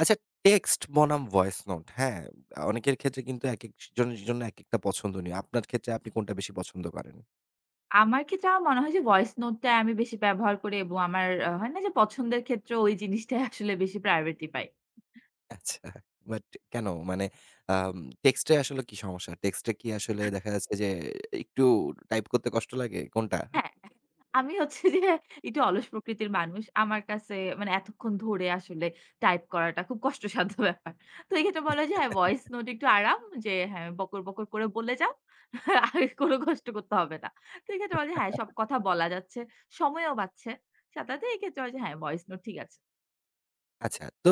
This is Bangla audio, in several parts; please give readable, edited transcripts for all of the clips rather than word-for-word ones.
আচ্ছা, টেক্সট বনাম ভয়েস নোট, হ্যাঁ? অনেকের ক্ষেত্রে কিন্তু একেক জনের জন্য একেকটা পছন্দনীয়। আপনার ক্ষেত্রে আপনি কোনটা বেশি পছন্দ করেন? আমার ক্ষেত্রে আমার মনে হয় যে ভয়েস নোটটা আমি বেশি ব্যবহার করি এবং আমার হয় না যে পছন্দের ক্ষেত্রে ওই জিনিসটাই আসলে বেশি প্রায়োরিটি পাই। আচ্ছা। বাট কেন? মানে আম টেক্সটে আসলে কি সমস্যা? টেক্সটে কি আসলে দেখা যাচ্ছে যে একটু টাইপ করতে কষ্ট লাগে? কোনটা? হ্যাঁ, আমি হচ্ছে যে একটু অলস প্রকৃতির মানুষ। আমার কাছে মানে এতক্ষণ ধরে আসলে টাইপ করাটা খুব কষ্টসাধ্য ব্যাপার। তো এই ক্ষেত্রে বলা হয় যে হ্যাঁ, ভয়েস নোট একটু আরাম যে হ্যাঁ, বকর, বকর করে বলে যাও। আর কোন কষ্ট করতে হবে না। তো এই ক্ষেত্রে বলে যে হ্যাঁ, সব কথা বলা যাচ্ছে, সময়ও বাঁচছে। সাথে এই ক্ষেত্রে হয় যে হ্যাঁ, ভয়েস নোট ঠিক আছে। আচ্ছা। তো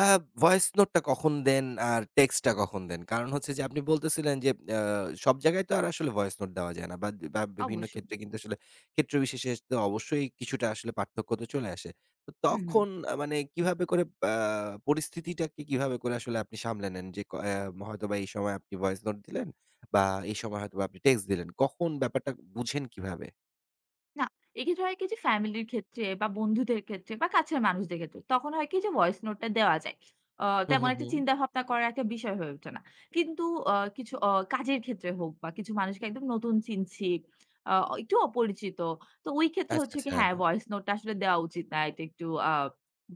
আ ভয়েস নোটটা কখন দেন আর টেক্সটটা কখন দেন? কারণ হচ্ছে যে আপনি বলতেছিলেন যে আ সব জায়গায় তো আর আসলে ভয়েস নোট দেওয়া যায় না। বা বা বিভিন্ন অবশ্যই। ক্ষেত্রে কিন্তু আসলে ক্ষেত্র বিশেষে তো অবশ্যই কিছুটা আসলে পার্থক্য তো চলে আসে। তো হুম। তখন মানে কিভাবে করে আ পরিস্থিতিটাকে কিভাবে করে আসলে আপনি সামলে নেন? যে ক অ্যা হয়তোবা এই সময় আপনি ভয়েস নোট দিলেন বা এই সময় হয়তোবা আপনি টেক্সট দিলেন। কখন ব্যাপারটা বুঝেন কিভাবে? না, এক্ষেত্রে হয় কি যে ফ্যামিলির ক্ষেত্রে বা বন্ধুদের ক্ষেত্রে বা কাছের মানুষদের ক্ষেত্রে তখন হয় কি যে ভয়েস নোটটা দেওয়া যায়। আ হুম, তেমন হুম, একটা হুম। চিন্তা ভাবনা করার একটা বিষয় হয়ে ওঠে না। কিন্তু আ কিছু আ কাজের ক্ষেত্রে হোক বা কিছু মানুষকে একদম নতুন চিনছি, আ একটু অপরিচিত। তো ওই ক্ষেত্রে আচ্ছা, হচ্ছে কি আচ্ছা। হ্যাঁ, ভয়েস নোটটা আসলে দেওয়া উচিত না। এটা একটু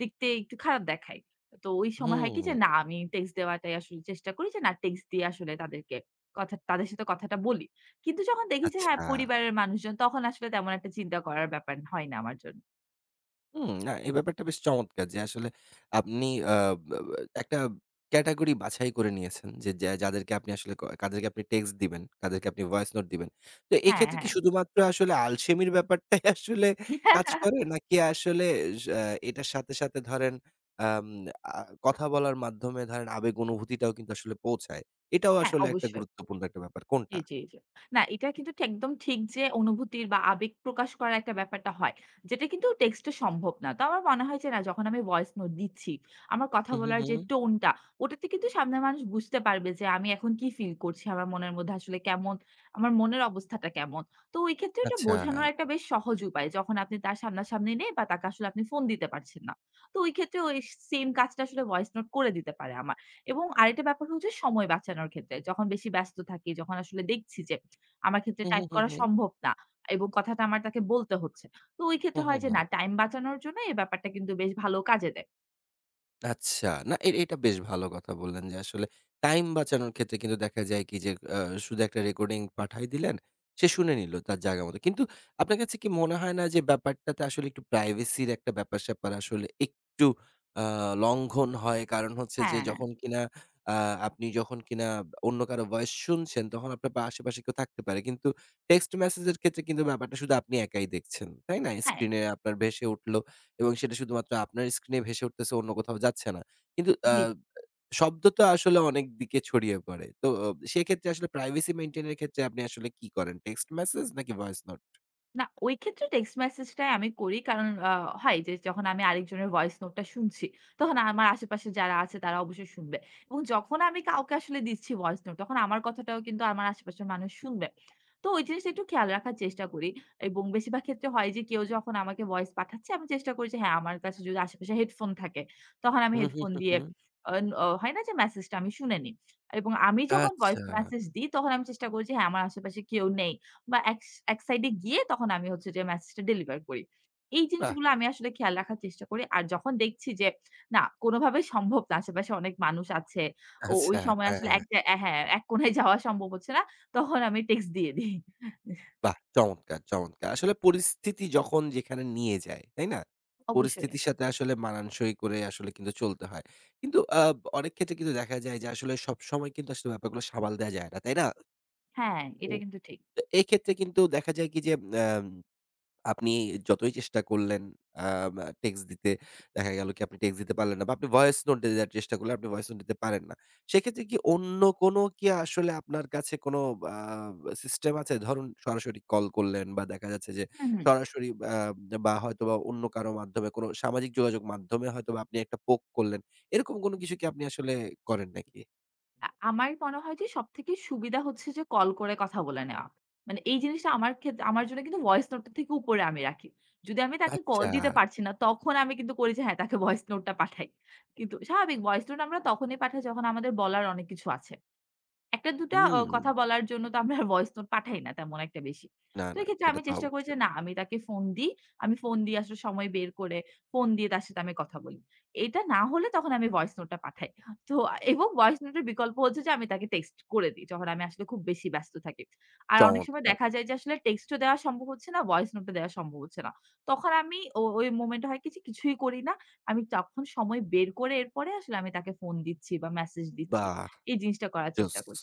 দেখতে একটু খারাপ দেখায়। তো ওই সময় হয় কি যে না হুম। আমি টেক্সট দেওয়াটাই আসলে চেষ্টা করি যে না টেক্সট দিয়ে আসলে তাদেরকে তাদের সাথে কথাটা বলি। কিন্তু যখন দেখি যে হ্যাঁ, আচ্ছা। পরিবারের মানুষজন তখন আসলে তেমন একটা চিন্তা করার ব্যাপার হয় না আমার জন্য। না, এই ব্যাপারটা বেশ চমৎকার যে আসলে আপনি আ বা বা একটা ক্যাটেগরি বাছাই করে নিয়েছেন যে যাদেরকে আপনি আসলে কাদেরকে আপনি টেক্সট দিবেন, কাদেরকে আপনি ভয়েস নোট দিবেন। তো হ্যাঁ, এক্ষেত্রে কি হ্যাঁ। শুধুমাত্র আসলে আলসেমির ব্যাপারটাই আসলে কাজ করে? নাকি আসলে স এটার সাথে, সাথে ধরেন আম আ কথা বলার মাধ্যমে ধরেন আবেগ অনুভূতিটাও কিন্তু আসলে পৌঁছায়। এটাও হ্যাঁ, আসলে একটা অবশ্যই। গুরুত্বপূর্ণ একটা ব্যাপার। কোনটা? জি, জি, জি। না এটা কিন্তু ঠিক একদম ঠিক যে অনুভূতির বা আবেগ প্রকাশ করার একটা ব্যাপারটা হয়। যেটা কিন্তু টেক্সটে সম্ভব না। তো আমার মনে হয় যে না যখন আমি ভয়েস নোট দিচ্ছি, আমার কথা হুম, হুম, বলার যে হুম। টোনটা ওটাতে কিন্তু সামনের মানুষ বুঝতে পারবে যে আমি এখন কি ফিল করছি, আমার মনের মধ্যে আসলে কেমন, আমার মনের অবস্থাটা কেমন। তো ওই ক্ষেত্রে এটা আচ্ছা। বোঝানোর একটা বেশ সহজ উপায়। যখন আপনি তার সামনাসামনি নেই বা তাকে আসলে আপনি ফোন দিতে পারছেন না। তো ওই ক্ষেত্রে সেম কাজটা আসলে ভয়েস নোট করে দিতে পারে আমার। এবং আরেকটা ব্যাপার হচ্ছে সময় বাঁচানোর ক্ষেত্রে। যখন বেশি ব্যস্ত থাকি, যখন আসলে দেখছি যে আমার ক্ষেত্রে হুম, হুম, টাইপ হুম, করা হুম। সম্ভব না এবং কথাটা আমার তাকে বলতে হচ্ছে। তো ওই হুম, ক্ষেত্রে হয় হুম, যে হুম। না টাইম বাঁচানোর জন্য এই ব্যাপারটা কিন্তু বেশ ভালো কাজে দেয়। আচ্ছা। না এটা বেশ ভালো কথা বললেন যে আসলে টাইম বাঁচানোর ক্ষেত্রে কিন্তু দেখা যায় কি যে আ শুধু একটা রেকর্ডিং পাঠায় দিলেন, সে শুনে নিল তার জায়গা মতো। কিন্তু আপনার কাছে কি মনে হয় না যে ব্যাপারটাতে আসলে একটু প্রাইভেসির একটা ব্যাপার-স্যাপার আসলে একটু আ লঙ্ঘন হয়? কারণ হচ্ছে যে হ্যাঁ, যখন কিনা আ আপনি যখন কিনা অন্য কারো ভয়েস শুনছেন তখন আপনার আশেপাশে কেউ থাকতে পারে। কিন্তু টেক্সট মেসেজের ক্ষেত্রে কিন্তু ব্যাপারটা শুধু আপনি একাই দেখছেন। তাই না? হ্যাঁ। স্ক্রিনে আপনার ভেসে উঠল। এবং সেটা শুধুমাত্র আপনার স্ক্রিনে ভেসে উঠতেছে, অন্য কোথাও যাচ্ছে না। কিন্তু জি। শব্দ তো আসলে অনেক দিকে ছড়িয়ে পড়ে। তো সেক্ষেত্রে আসলে প্রাইভেসি মেইনটেইন এর ক্ষেত্রে আপনি আসলে কি করেন? টেক্সট মেসেজ নাকি ভয়েস নোট? না, ওই ক্ষেত্রে টেক্সট মেসেজটাই আমি করি। কারণ হয় যে যখন আমি আরেকজনের ভয়েস নোটটা শুনছি, তখন আমার আশেপাশে যারা আছে তারা অবশ্যই শুনবে। এবং যখন আমি কাউকে আসলে দিচ্ছি ভয়েস নোট, তখন আমার কথাটাও কিন্তু আমার আশেপাশের মানুষ শুনবে। তো ওই জিনিসটা একটু খেয়াল রাখার চেষ্টা করি। এবং বেশিরভাগ ক্ষেত্রে হয় যে কেউ যখন আমাকে ভয়েস পাঠাচ্ছে, আমি চেষ্টা করি যে হ্যাঁ, আমার কাছে যদি আশেপাশে হেডফোন থাকে, তখন আমি হুম, হুম, হেডফোন হুম, দিয়ে হুম। আ অ হয় না যে মেসেজটা আমি শুনে নিই। এবং আমি যখন আচ্ছা। ভয়েস মেসেজ দিই, তখন আমি চেষ্টা করি যে হ্যাঁ, আমার আশেপাশে কেউ নেই। বা এক এক সাইডে গিয়ে তখন আমি হচ্ছে যে মেসেজটা ডেলিভার করি। এই বাহ! জিনিসগুলো আমি আসলে খেয়াল রাখার চেষ্টা করি। আর যখন দেখছি যে না কোনভাবেই সম্ভব না, আশেপাশে অনেক মানুষ আছে। ও আচ্ছা। ওই সময় হ্যাঁ, আসলে হ্যাঁ। এক জায় অ্যা হ্যাঁ, এক কোণায় যাওয়া সম্ভব হচ্ছে না। তখন আমি টেক্সট দিয়ে দিই। বাহ! চমৎকার, চমৎকার। আসলে পরিস্থিতি যখন যেখানে নিয়ে যায়, তাই না? অবশ্যই। পরিস্থিতির সাথে আসলে মানানসই করে আসলে কিন্তু চলতে হয়। কিন্তু অনেক ক্ষেত্রে কিন্তু দেখা যায় যে আসলে সবসময় কিন্তু আসলে ব্যাপারগুলো সামাল দেয়া যায় না, তাই না? হ্যাঁ, এটা কিন্তু ঠিক। তো এক্ষেত্রে কিন্তু দেখা যায় কি যে আম আপনি যতই চেষ্টা করলেন আম টেক্সট দিতে, দেখা গেল কি আপনি টেক্সট দিতে পারলেন না বা আপনি ভয়েস নোট দেওয়ার চেষ্টা করলেন, আপনি ভয়েস নোট দিতে পারেন না। সেক্ষেত্রে কি অন্য কোনো কি আসলে আপনার কাছে কোনো আ সিস্টেম আছে? ধরুন সরাসরি কল করলেন বা দেখা যাচ্ছে যে হু। সরাসরি আ বা হয়তোবা অন্য কারো মাধ্যমে কোনো সামাজিক যোগাযোগ মাধ্যমে হয়তোবা আপনি একটা পোক করলেন। এরকম কোনো কিছু কি আপনি আসলে করেন নাকি? আমার মনে হয় যে সবথেকে সুবিধা হচ্ছে যে কল করে কথা বলে নেওয়া। মানে এই জিনিসটা আমার জন্য কিন্তু ভয়েস নোট এর থেকে উপরে আমি রাখি। যদি আমি তাকে কল আচ্ছা। দিতে পারছি না তখন আমি কিন্তু করি যে হ্যাঁ, তাকে ভয়েস নোটটা পাঠাই। কিন্তু স্বাভাবিক ভয়েস নোট আমরা তখনই পাঠাই যখন আমাদের বলার অনেক কিছু আছে। একটা দুটা হুম। কথা বলার জন্য তো আমরা ভয়েস নোট পাঠাই না তেমন একটা বেশি। না, তো না, এক্ষেত্রে সেটা আমি তো চেষ্টা করি যে অবশ্যই। না আমি তাকে ফোন দিই। আমি ফোন দিয়ে আসলে সময় বের করে ফোন দিয়ে তার সাথে আমি কথা বলি। এটা না হলে তখন আমি ভয়েস নোটটা পাঠাই। তো এবং ভয়েস নোটের বিকল্প হচ্ছে যে আমি তাকে টেক্সট করে দিই। যখন আমি আসলে খুব বেশি ব্যস্ত থাকি। আর অনেক সময় চমৎকার! দেখা যায় যে আসলে টেক্সটও দেওয়া সম্ভব হচ্ছে না, ভয়েস নোটও দেওয়া সম্ভব হচ্ছে না। তখন আমি ওই মোমেন্টে হয় কি যে কিছুই করি না। আমি তখন সময় বের করে এরপরে আসলে আমি তাকে ফোন দিচ্ছি বা মেসেজ দিচ্ছি। বাহ! এই জিনিসটা করার জোস, চেষ্টা করি।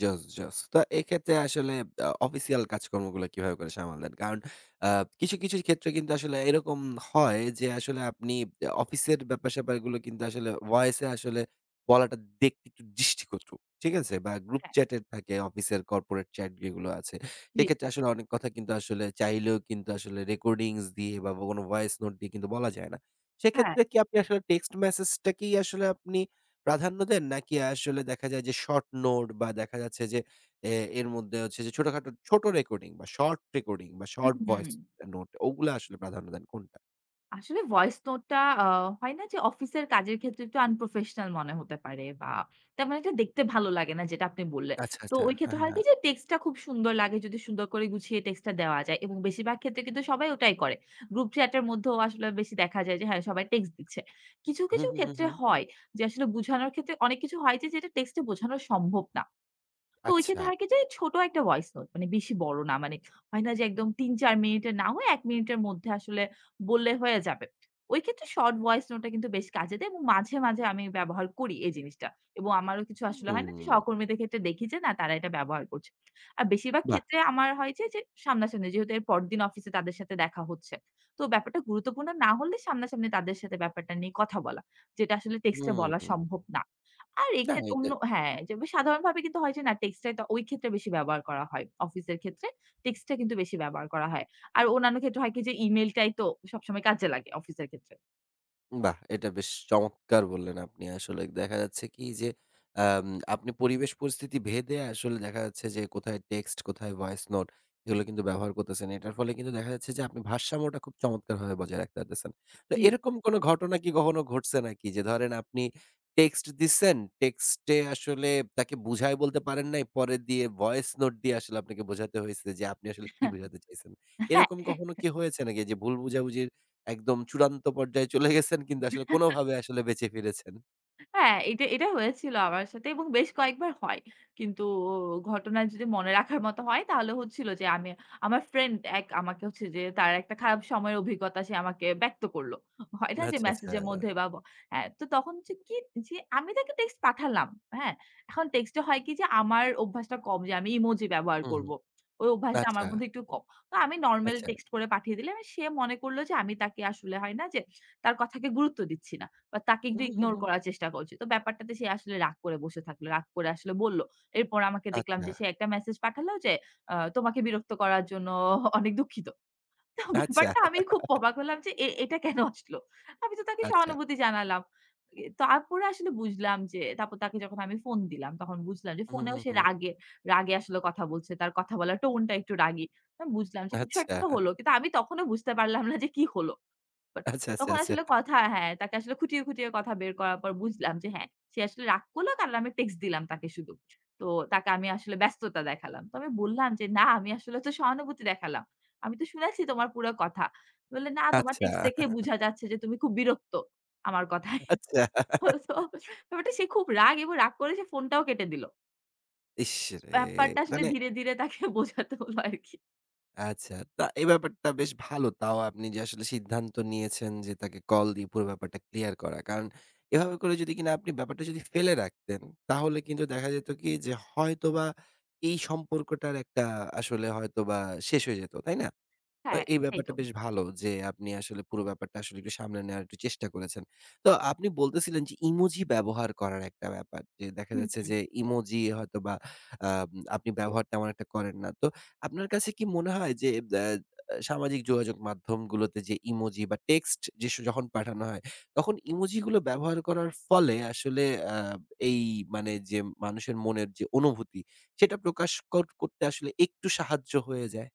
জোস, জোস। তো এক্ষেত্রে আসলে অফিসিয়াল কাজকর্মগুলো কিভাবে করে সামাল দেন? কারণ আ কিছু, কিছু ক্ষেত্রে কিন্তু আসলে এরকম হয় যে আসলে আপনি অফিসের ব্যাপার-স্যাপারগুলো কিন্তু আসলে ভয়েসে আসলে বলাটা দেখতে একটু দৃষ্টিকটু। ঠিক আছে? বা গ্রুপ হ্যাঁ, চ্যাটের থাকে অফিসের কর্পোরেট চ্যাট যেগুলো আছে। জি, সেক্ষেত্রে আসলে অনেক কথা কিন্তু আসলে চাইলেও কিন্তু আসলে রেকর্ডিংস দিয়ে বা কোনো ভয়েস নোট দিয়ে কিন্তু বলা যায় না। হ্যাঁ। সেক্ষেত্রে কি আপনি আসলে টেক্সট মেসেজটাকেই আসলে আপনি প্রাধান্য দেন? নাকি আসলে দেখা যায় যে শর্ট নোট বা দেখা যাচ্ছে যে এ এর মধ্যে হচ্ছে যে ছোটখাটো ছোট রেকর্ডিং বা শর্ট রেকর্ডিং বা শর্ট হুম। ভয়েস নোট, ওগুলা আসলে প্রাধান্য দেন কোনটা? আসলে ভয়েস নোটটা আ হয় না যে অফিসের কাজের ক্ষেত্রে একটু আনপ্রফেশনাল মনে হতে পারে বা তেমন একটা দেখতে ভালো লাগে না যেটা আপনি বললেন। আচ্ছা, তো আচ্ছা। ওই হ্যাঁ, ক্ষেত্রে হ্যাঁ, হয় কি হ্যাঁ। যে টেক্সটটা খুব সুন্দর লাগে যদি সুন্দর করে গুছিয়ে টেক্সটটা দেওয়া যায় এবং বেশিরভাগ ক্ষেত্রে কিন্তু সবাই ওটাই করে। গ্রুপ চ্যাটের মধ্যেও আসলে বেশি দেখা যায় যে হ্যাঁ, সবাই টেক্সট দিচ্ছে। কিছু, হুম, কিছু হুম, হুম, ক্ষেত্রে হুম। হয় যে আসলে বোঝানোর ক্ষেত্রে অনেক কিছু হয় যে যেটা টেক্সটে বোঝানো সম্ভব না। তো ওই আচ্ছা। ক্ষেত্রে হয় কি যে ছোট একটা ভয়েস নোট মানে বেশি বড় না মানে হয় না যে একদম ৩-৪ মিনিটের না হয়ে ১ মিনিটের মধ্যে আসলে বললে হয়ে যাবে। ওই ক্ষেত্রে শর্ট ভয়েস নোটটা কিন্তু বেশ কাজে দেয় এবং মাঝে মাঝে আমি ব্যবহার করি এই জিনিসটা। এবং আমারও কিছু আসলে হয় হুম। না যে সহকর্মীদের ক্ষেত্রে দেখি যে না তারা এটা ব্যবহার করছে। আর বেশিরভাগ বাহ! ক্ষেত্রে আমার হয় যে সামনাসামনি যেহেতু এর পরদিন অফিসে তাদের সাথে দেখা হচ্ছে। তো ব্যাপারটা গুরুত্বপূর্ণ না হলে সামনাসামনি তাদের সাথে ব্যাপারটা নিয়ে কথা বলা। যেটা আসলে টেক্সটে হুম, বলা হুম। সম্ভব না। আর না এক্ষেত্রে এইটা অন্য হ্যাঁ, যে সাধারণভাবে কিন্তু হয় যে না টেক্সটাইলটা ওই ক্ষেত্রে বেশি ব্যবহার করা হয়। অফিসের ক্ষেত্রে টেক্সটটা কিন্তু বেশি ব্যবহার করা হয়। আর অন্যান্য ক্ষেত্রে হয় কি যে ইমেইলটাই তো সবসময় কাজে লাগে অফিসের ক্ষেত্রে। বাহ! এটা বেশ চমৎকার বললেন আপনি। আসলে দেখা যাচ্ছে কি যে, আম আপনি পরিবেশ পরিস্থিতি ভেদে আসলে দেখা যাচ্ছে যে, কোথায় টেক্সট, কোথায় ভয়েস নোট এগুলো কিন্তু ব্যবহার করতেছেন। এটার ফলে কিন্তু দেখা যাচ্ছে যে, আপনি ভারসাম্যটা খুব চমৎকারভাবে বজায় রাখতে পারতেছেন। তো জি। এরকম কোনো ঘটনা কি কখনো ঘটছে নাকি? যে ধরেন আপনি টেক্সট দিচ্ছেন, টেক্সটে আসলে তাকে বুঝায় বলতে পারেন নাই, পরে দিয়ে ভয়েস নোট দিয়ে আসলে আপনাকে বোঝাতে হয়েছে যে, আপনি আসলে কি বোঝাতে চাইছেন। এরকম কখনো কি হয়েছে নাকি যে, ভুল বুঝাবুঝির একদম চূড়ান্ত পর্যায়ে চলে গেছেন কিন্তু আসলে কোনভাবে আসলে বেঁচে ফিরেছেন। হ্যাঁ, এটা এটা হয়েছিল আমার সাথে এবং বেশ কয়েকবার হয়। কিন্তু ঘটনা যদি মনে রাখার মতো হয় তাহলে হচ্ছিল যে আমি আমার ফ্রেন্ড এক আমাকে হচ্ছে যে তার একটা খারাপ সময়ের অভিজ্ঞতা সে আমাকে ব্যক্ত করল। হয় না যে আচ্ছা, আচ্ছা। মেসেজের মধ্যে বা ব হ্যাঁ, তো তখন হচ্ছে কি যে আমি তাকে টেক্সট পাঠালাম। হ্যাঁ? এখন টেক্সটে হয় কি যে আমার অভ্যাসটা কম যে আমি ইমোজি ব্যবহার হুম, হুম। করব। ওই অভ্যাসটা আচ্ছা, আমার মধ্যে একটু কম। তো আমি নরমাল আচ্ছা। টেক্সট করে পাঠিয়ে দিলাম। সে মনে করল যে আমি তাকে আসলে হয় না যে তার কথাকে গুরুত্ব দিচ্ছি না। বা তাকে একটু হুম, হুম, হুম, ইগনোর হুম। করার চেষ্টা করছি। তো ব্যাপারটাতে সে আসলে রাগ করে বসে থাকলো। রাগ করে আসলে বলল। এরপর আমাকে দেখলাম আচ্ছা, যে সে একটা মেসেজ পাঠালো যে, "তোমাকে বিরক্ত করার জন্য অনেক দুঃখিত।" তো আচ্ছা, ব্যাপারটা আমি খুব অবাক হলাম যে এটা কেন আসলো? আমি তো তাকে আচ্ছা। সহানুভূতি জানালাম। তারপরে আসলে বুঝলাম যে তারপর তাকে যখন আমি ফোন দিলাম তখন বুঝলাম যে হুম, ফোনেও হুম, সে হুম। রাগে আসলে কথা বলছে। তার কথা বলার টোন টা একটু রাগী। আমি বুঝলাম যে কিছু আচ্ছা, একটা তো হলো। কিন্তু আমি তখনও বুঝতে পারলাম না যে কি হলো? ব্যাপারটা। আচ্ছা, আচ্ছা, তখন আচ্ছা, আসলে কথা হ্যাঁ, তাকে আসলে খুঁটিয়ে খুঁটিয়ে কথা বের করার পর বুঝলাম যে হ্যাঁ, সে আসলে রাগ করলো কারণ আমি টেক্সট দিলাম তাকে শুধু। তো তাকে আমি আসলে ব্যস্ততা দেখালাম। তো আমি বললাম যে, "না আমি আসলে তো সহানুভূতি দেখালাম।" আমি তো শুনেছি তোমার পুরো কথা। বললে, "না তোমার টেক্সট দেখে আচ্ছা, বুঝা যাচ্ছে যে তুমি খুব বিরক্ত আমার কথায়।" আচ্ছা। তো ব্যাপারটা সে খুব রাগ এবং রাগ করে সে ফোনটাও কেটে দিল। ইসরে! ব্যাপারটা আসলে মানে ধীরে ধীরে তাকে বোঝাতে হলো আরকি। আচ্ছা। তা এই ব্যাপারটা বেশ ভালো। তাও আপনি যে আসলে সিদ্ধান্ত নিয়েছেন যে তাকে কল দিয়ে পুরো ব্যাপারটা ক্লিয়ার করা। কারণ এভাবে করে যদি কিনা আপনি ব্যাপারটা যদি ফেলে রাখতেন, তাহলে কিন্তু দেখা যেত কি যে হয়তোবা এই সম্পর্কটার একটা আসলে হয়তোবা শেষ হয়ে যেত। তাই না? হ্যাঁ, এই এটাই ব্যাপারটা তো। বেশ ভালো যে আপনি আসলে পুরো ব্যাপারটা আসলে একটু সামলে নেওয়ার একটু চেষ্টা করেছেন। তো আপনি বলতেছিলেন যে ইমোজি ব্যবহার করার একটা ব্যাপার। যে দেখা হুম, যাচ্ছে হুম। যে ইমোজি হয়তোবা আম আপনি ব্যবহার তেমন একটা করেন না। তো আপনার কাছে কি মনে হয় যে সামাজিক যোগাযোগ মাধ্যমগুলোতে যে ইমোজি বা টেক্সট যখন পাঠানো হয়, তখন ইমোজিগুলো ব্যবহার করার ফলে আসলে আ এই মানে যে মানুষের মনের যে অনুভূতি, সেটা প্রকাশ করতে আসলে একটু সাহায্য হয়ে যায়?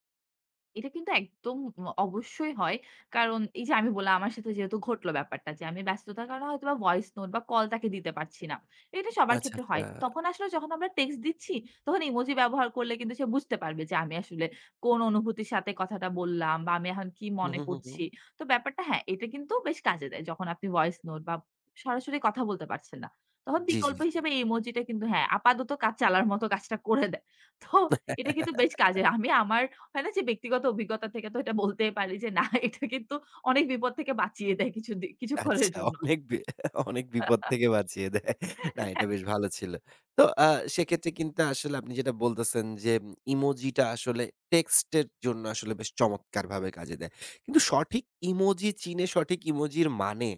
এটা কিন্তু একদম অবশ্যই হয়। কারণ এই যে আমি বললাম আমার সাথে যেহেতু ঘটল ব্যাপারটা যে আমি ব্যস্ততার কারণে হয়তোবা ভয়েস নোট বা কল তাকে দিতে পারছি না। এটা সবার আচ্ছা, ক্ষেত্রে আচ্ছা। হয়। তখন আসলে যখন আমরা টেক্সট দিচ্ছি তখন ইমোজি ব্যবহার করলে কিন্তু সে বুঝতে পারবে যে আমি আসলে কোন অনুভূতির সাথে কথাটা বললাম বা আমি এখন কি হুম, মনে হুম, হুম, হুম। করছি। তো ব্যাপারটা হ্যাঁ, এটা কিন্তু বেশ কাজে দেয়। যখন আপনি ভয়েস নোট বা সরাসরি কথা বলতে পারছেন না। তখন জি, জি, বিকল্প জি। হিসেবে এই ইমোজিটা কিন্তু হ্যাঁ, আপাতত কাজ চালার মতো কাজটা করে দেয়। তো এটা কিন্তু বেশ কাজের। আমি আমার হয় না যে ব্যক্তিগত অভিজ্ঞতা থেকে তো এটা বলতে পারি যে না এটা কিন্তু অনেক বিপদ থেকে বাঁচিয়ে দেয় কিছুক্ষণের আচ্ছা। জন্য। অনেক বি অনেক বিপদ থেকে বাঁচিয়ে দেয়। না, এটা বেশ হ্যাঁ। ভালো ছিল। তো সেক্ষেত্রে কিন্তু আসলে আপনি যেটা বলতেছেন যে ইমোজিটা আসলে টেক্সটের জন্য আসলে বেশ চমৎকারভাবে কাজে দেয়। কিন্তু সঠিক ইমোজি চিনে সঠিক ইমোজির মানে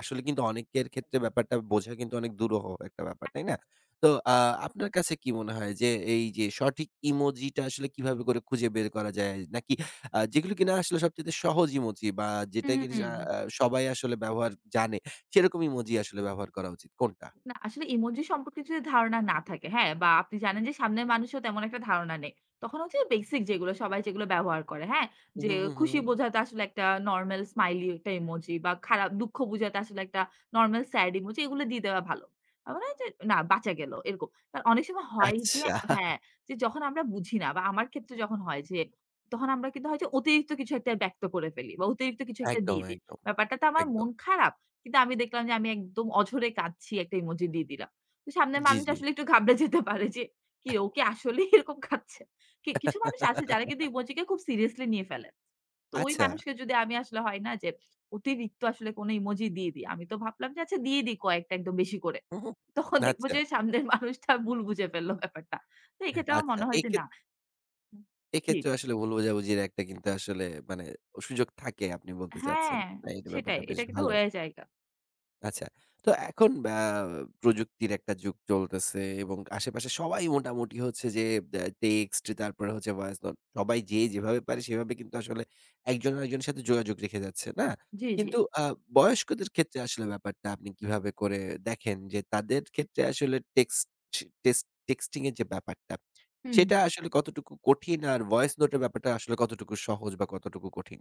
আসলে কিন্তু অনেকের ক্ষেত্রে ব্যাপারটা বোঝা কিন্তু অনেক দুরূহ একটা ব্যাপার, তাই না? তো আ আপনার কাছে কি মনে হয় যে এই যে সঠিক ইমোজিটা আসলে কিভাবে করে খুঁজে বের করা যায়? নাকি যেগুলো কিনা আসলে সবচাইতে সহজ ইমোজি বা যেটা কিনা হুম। সা আ সবাই আসলে ব্যবহার জানে সেরকম ইমোজি আসলে ব্যবহার করা উচিত কোনটা? না, আসলে ইমোজি সম্পর্কে যদি ধারণা না থাকে, হ্যাঁ? বা আপনি জানেন যে সামনের মানুষও তেমন একটা ধারণা নেই। তখন হচ্ছে বেসিক যেগুলো সবাই যেগুলো ব্যবহার করে, হ্যাঁ? যে হু, হু, হু। খুশি বোঝাতে আসলে একটা নরমাল স্মাইলি একটা ইমোজি বা খারাপ দুঃখ বোঝাতে আসলে একটা নরমাল স্যাড ইমোজি এগুলো দিয়ে দেওয়া ভালো। আমার মনে হয় যে না বাঁচা গেল এরকম। কারণ অনেক সময় হয় যে আচ্ছা। হ্যাঁ, যখন আমরা বুঝি না বা আমার ক্ষেত্রে যখন হয় যে তখন আমরা কিন্তু হয় যে অতিরিক্ত কিছু একটা ব্যক্ত করে ফেলি বা অতিরিক্ত কিছু একটা একদম, দিয়ে দিই। একদম, ব্যাপারটাতে আমার একদম। মন খারাপ। কিন্তু আমি দেখলাম যে আমি একদম অঝরে কাঁদছি একটা ইমোজি দিয়ে দিলাম। তো সামনের জি, মানুষ জি। আসলে একটু ঘাবড়ে যেতে পারে যে, "কি আসলেই এরকম কাঁদছে?" কিছু মানুষ আছে যারা কিন্তু ইমোজিকে খুব সিরিয়াসলি নিয়ে ফেলে। তো ওই আচ্ছা। মানুষকে যদি আমি আসলে হয় না যে অতিরিক্ত আসলে কোনো ইমোজি দিয়ে দিই। আমি তো ভাবলাম যে আচ্ছা দিয়ে দিই কয়েকটা একদম বেশি করে। হু, হু। তখন দেখব আচ্ছা, যে সামনের মানুষটা ভুল বুঝে ফেললো ব্যাপারটা। তো এক্ষেত্রে আমার আচ্ছা। মনে হয় যে না জি। এক্ষেত্রে আসলে ভুল বোঝাবুঝির একটা কিন্তু আসলে মানে সুযোগ থাকে আপনি বলতে চাচ্ছেন। হ্যাঁ, না, এই সেটাই। ব্যাপারটা বেশ এটা কিন্তু ভালো। হয়ে জায়গা। আচ্ছা। তো এখন আ প্রযুক্তির একটা যুগ চলতেছে এবং আশেপাশে সবাই মোটামুটি হচ্ছে যে টেক্সট তারপরে হচ্ছে ভয়েস নোট সবাই যে যেভাবে পারে সেভাবে কিন্তু আসলে একজন আরেকজনের সাথে যোগাযোগ রেখে যাচ্ছে, না? জি। কিন্তু বয়স্কদের ক্ষেত্রে আসলে ব্যাপারটা আপনি কিভাবে করে দেখেন যে তাদের ক্ষেত্রে আসলে টেক্স টেক্সটিং এর যে ব্যাপারটা হুম, সেটা হুম। আসলে কতটুকু কঠিন আর ভয়েস নোটের ব্যাপারটা আসলে কতটুকু সহজ বা কতটুকু কঠিন?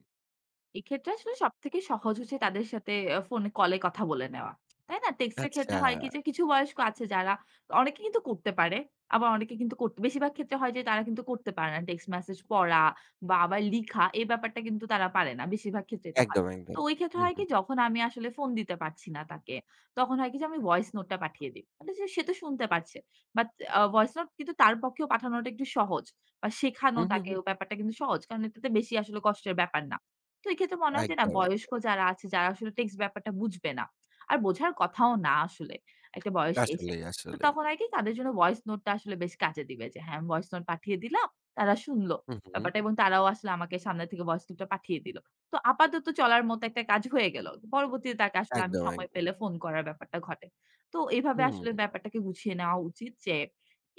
এক্ষেত্রে আসলে সবথেকে সহজ হচ্ছে তাদের সাথে ফোনে কলে কথা বলে নেওয়া। তাই না? টেক্সটের আচ্ছা, ক্ষেত্রে হয় কি যে কিছু বয়স্ক আছে যারা অনেকে কিন্তু করতে পারে। আবার অনেকে কিন্তু করতে বেশিরভাগ ক্ষেত্রে হয় যে তারা কিন্তু করতে পারে না। টেক্সট মেসেজ পড়া বা আবার লিখা এই ব্যাপারটা কিন্তু তারা পারে না। বেশিরভাগ ক্ষেত্রে এটা হয়। একদম, তো একদম। ওই ক্ষেত্রে হুম, হয় কি হুম। যখন আমি আসলে ফোন দিতে পারছি না তাকে, তখন হয় কি যে আমি ভয়েস নোটটা পাঠিয়ে দিই। মানে সে সে তো শুনতে পারছে। বাট ভয়েস নোট কিন্তু তার পক্ষেও পাঠানোটা একটু সহজ। বা শেখানো হুম, হুম, তাকে হুম। ও ব্যাপারটা কিন্তু সহজ। কারণ এটাতে বেশি আসলে কষ্টের ব্যাপার না। তো এক্ষেত্রে মনে হয় যে না একদম, বয়স্ক একদম। যারা আছে যারা আসলে টেক্সট ব্যাপারটা বুঝবে না। আর বোঝার কথাও না আসলে একটা বয়সে এসে। আসলেই, তো আসলেই। তখন আর কি তাদের জন্য ভয়েস নোটটা আসলে বেশ কাজে দিবে যে হ্যাঁ, আমি ভয়েস নোট পাঠিয়ে দিলাম। তারা শুনল হুম, হুম। ব্যাপারটা এবং তারাও আসলে আমাকে সামনে থেকে ভয়েস নোটটা পাঠিয়ে দিল। তো আপাতত চলার মতো একটা কাজ হয়ে গেল। পরবর্তীতে তাকে আসলে আমি একদম, সময় একদম। পেলে ফোন করার ব্যাপারটা ঘটে। তো এভাবে হুম। আসলে ব্যাপারটাকে গুছিয়ে নেওয়া উচিত যে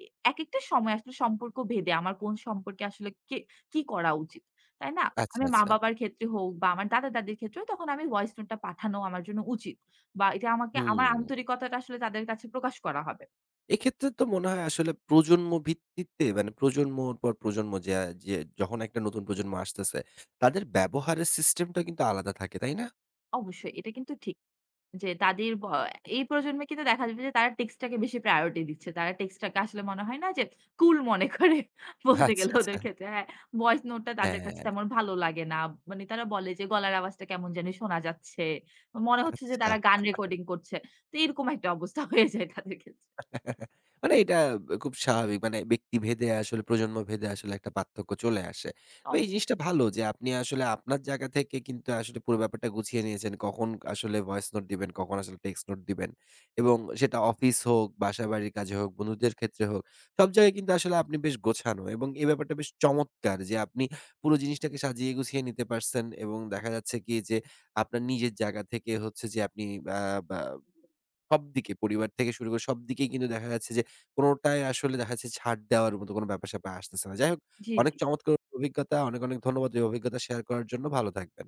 এ একেকটা সময় আসলে সম্পর্ক ভেদে আমার কোন সম্পর্কে আসলে কে কি করা উচিত। তাই না? আচ্ছা, আমার আচ্ছা। মা-বাবার ক্ষেত্রে হোক বা আমার দাদা-দাদির ক্ষেত্রেও তখন আমি ভয়েস নোটটা পাঠানো আমার জন্য উচিত। বা এটা আমাকে আমার হুম। আন্তরিকতাটা আসলে তাদের কাছে প্রকাশ করা হবে। এক্ষেত্রে তো মনে হয় আসলে প্রজন্ম ভিত্তিতে মানে প্রজন্মর পর প্রজন্ম যে যে যখন একটা নতুন প্রজন্ম আসতেছে, তাদের ব্যবহারের সিস্টেমটা কিন্তু আলাদা থাকে, তাই না? অবশ্যই এটা কিন্তু ঠিক। যে তাদের ব এই প্রজন্মে কিন্তু দেখা যাবে যে তারা টেক্সটটাকে বেশি প্রায়োরিটি দিচ্ছে। তারা টেক্সটটাকে আসলে মনে হয় না যে কুল মনে করে বলতে আচ্ছা, গেলে ওদের আচ্ছা। ক্ষেত্রে। হ্যাঁ, ভয়েস নোটটা তাদের হ্যাঁ, কাছে তেমন ভালো লাগে না। মানে তারা বলে যে গলার আওয়াজটা কেমন জানি শোনা যাচ্ছে। মনে হচ্ছে যে আচ্ছা। তারা গান রেকর্ডিং করছে। তো এরকম একটা অবস্থা হয়ে যায় তাদের ক্ষেত্রে। মানে এটা খুব স্বাভাবিক। মানে ব্যক্তিভেদে আসলে প্রজন্মভেদে আসলে একটা পার্থক্য চলে আসে। তো এই জিনিসটা অবশ্যই। ভালো যে আপনি আসলে আপনার জায়গা থেকে কিন্তু আসলে পুরো ব্যাপারটা গুছিয়ে নিয়েছেন। কখন আসলে ভয়েস নোট দিবেন, কখন আসলে টেক্সট নোট দিবেন। এবং সেটা অফিস হোক, বাসাবাড়ির কাজে হোক, বন্ধুদের ক্ষেত্রে হোক, সব জায়গায় কিন্তু আসলে আপনি বেশ গোছানো এবং এই ব্যাপারটা বেশ চমৎকার যে আপনি পুরো জিনিসটাকে সাজিয়ে গুছিয়ে নিতে পারছেন এবং দেখা যাচ্ছে কি যে আপনার নিজের জায়গা থেকে হচ্ছে যে আপনি আ বা সবদিকে পরিবার থেকে শুরু করে সবদিকেই কিন্তু দেখা যাচ্ছে যে কোনটাই আসলে দেখা যাচ্ছে ছাড় দেওয়ার মতো কোনো ব্যাপার-স্যাপার আসতেছে না। যাই হোক, জি, অনেক জি। চমৎকার অভিজ্ঞতা। অনেক, অনেক ধন্যবাদ এই অভিজ্ঞতা শেয়ার করার জন্য। ভালো থাকবেন।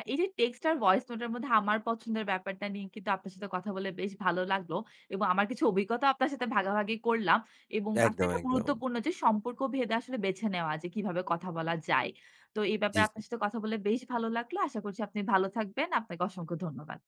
এই যে টেক্সট আর ভয়েস নোটের মধ্যে আমার পছন্দের ব্যাপারটা নিয়ে কিন্তু আপনার সাথে কথা বলে বেশ ভালো লাগলো এবং আমার কিছু অভিজ্ঞতা আপনার সাথে ভাগাভাগি করলাম এবং আসলে একদম, এটা একদম। গুরুত্বপূর্ণ যে সম্পর্ক ভেদে আসলে বেছে নেওয়া যে কিভাবে কথা বলা যায়। তো এই জি, ব্যাপারে জি। আপনার সাথে কথা বলে বেশ ভালো লাগলো। আশা করছি আপনি ভালো থাকবেন। আপনাকে অসংখ্য ধন্যবাদ।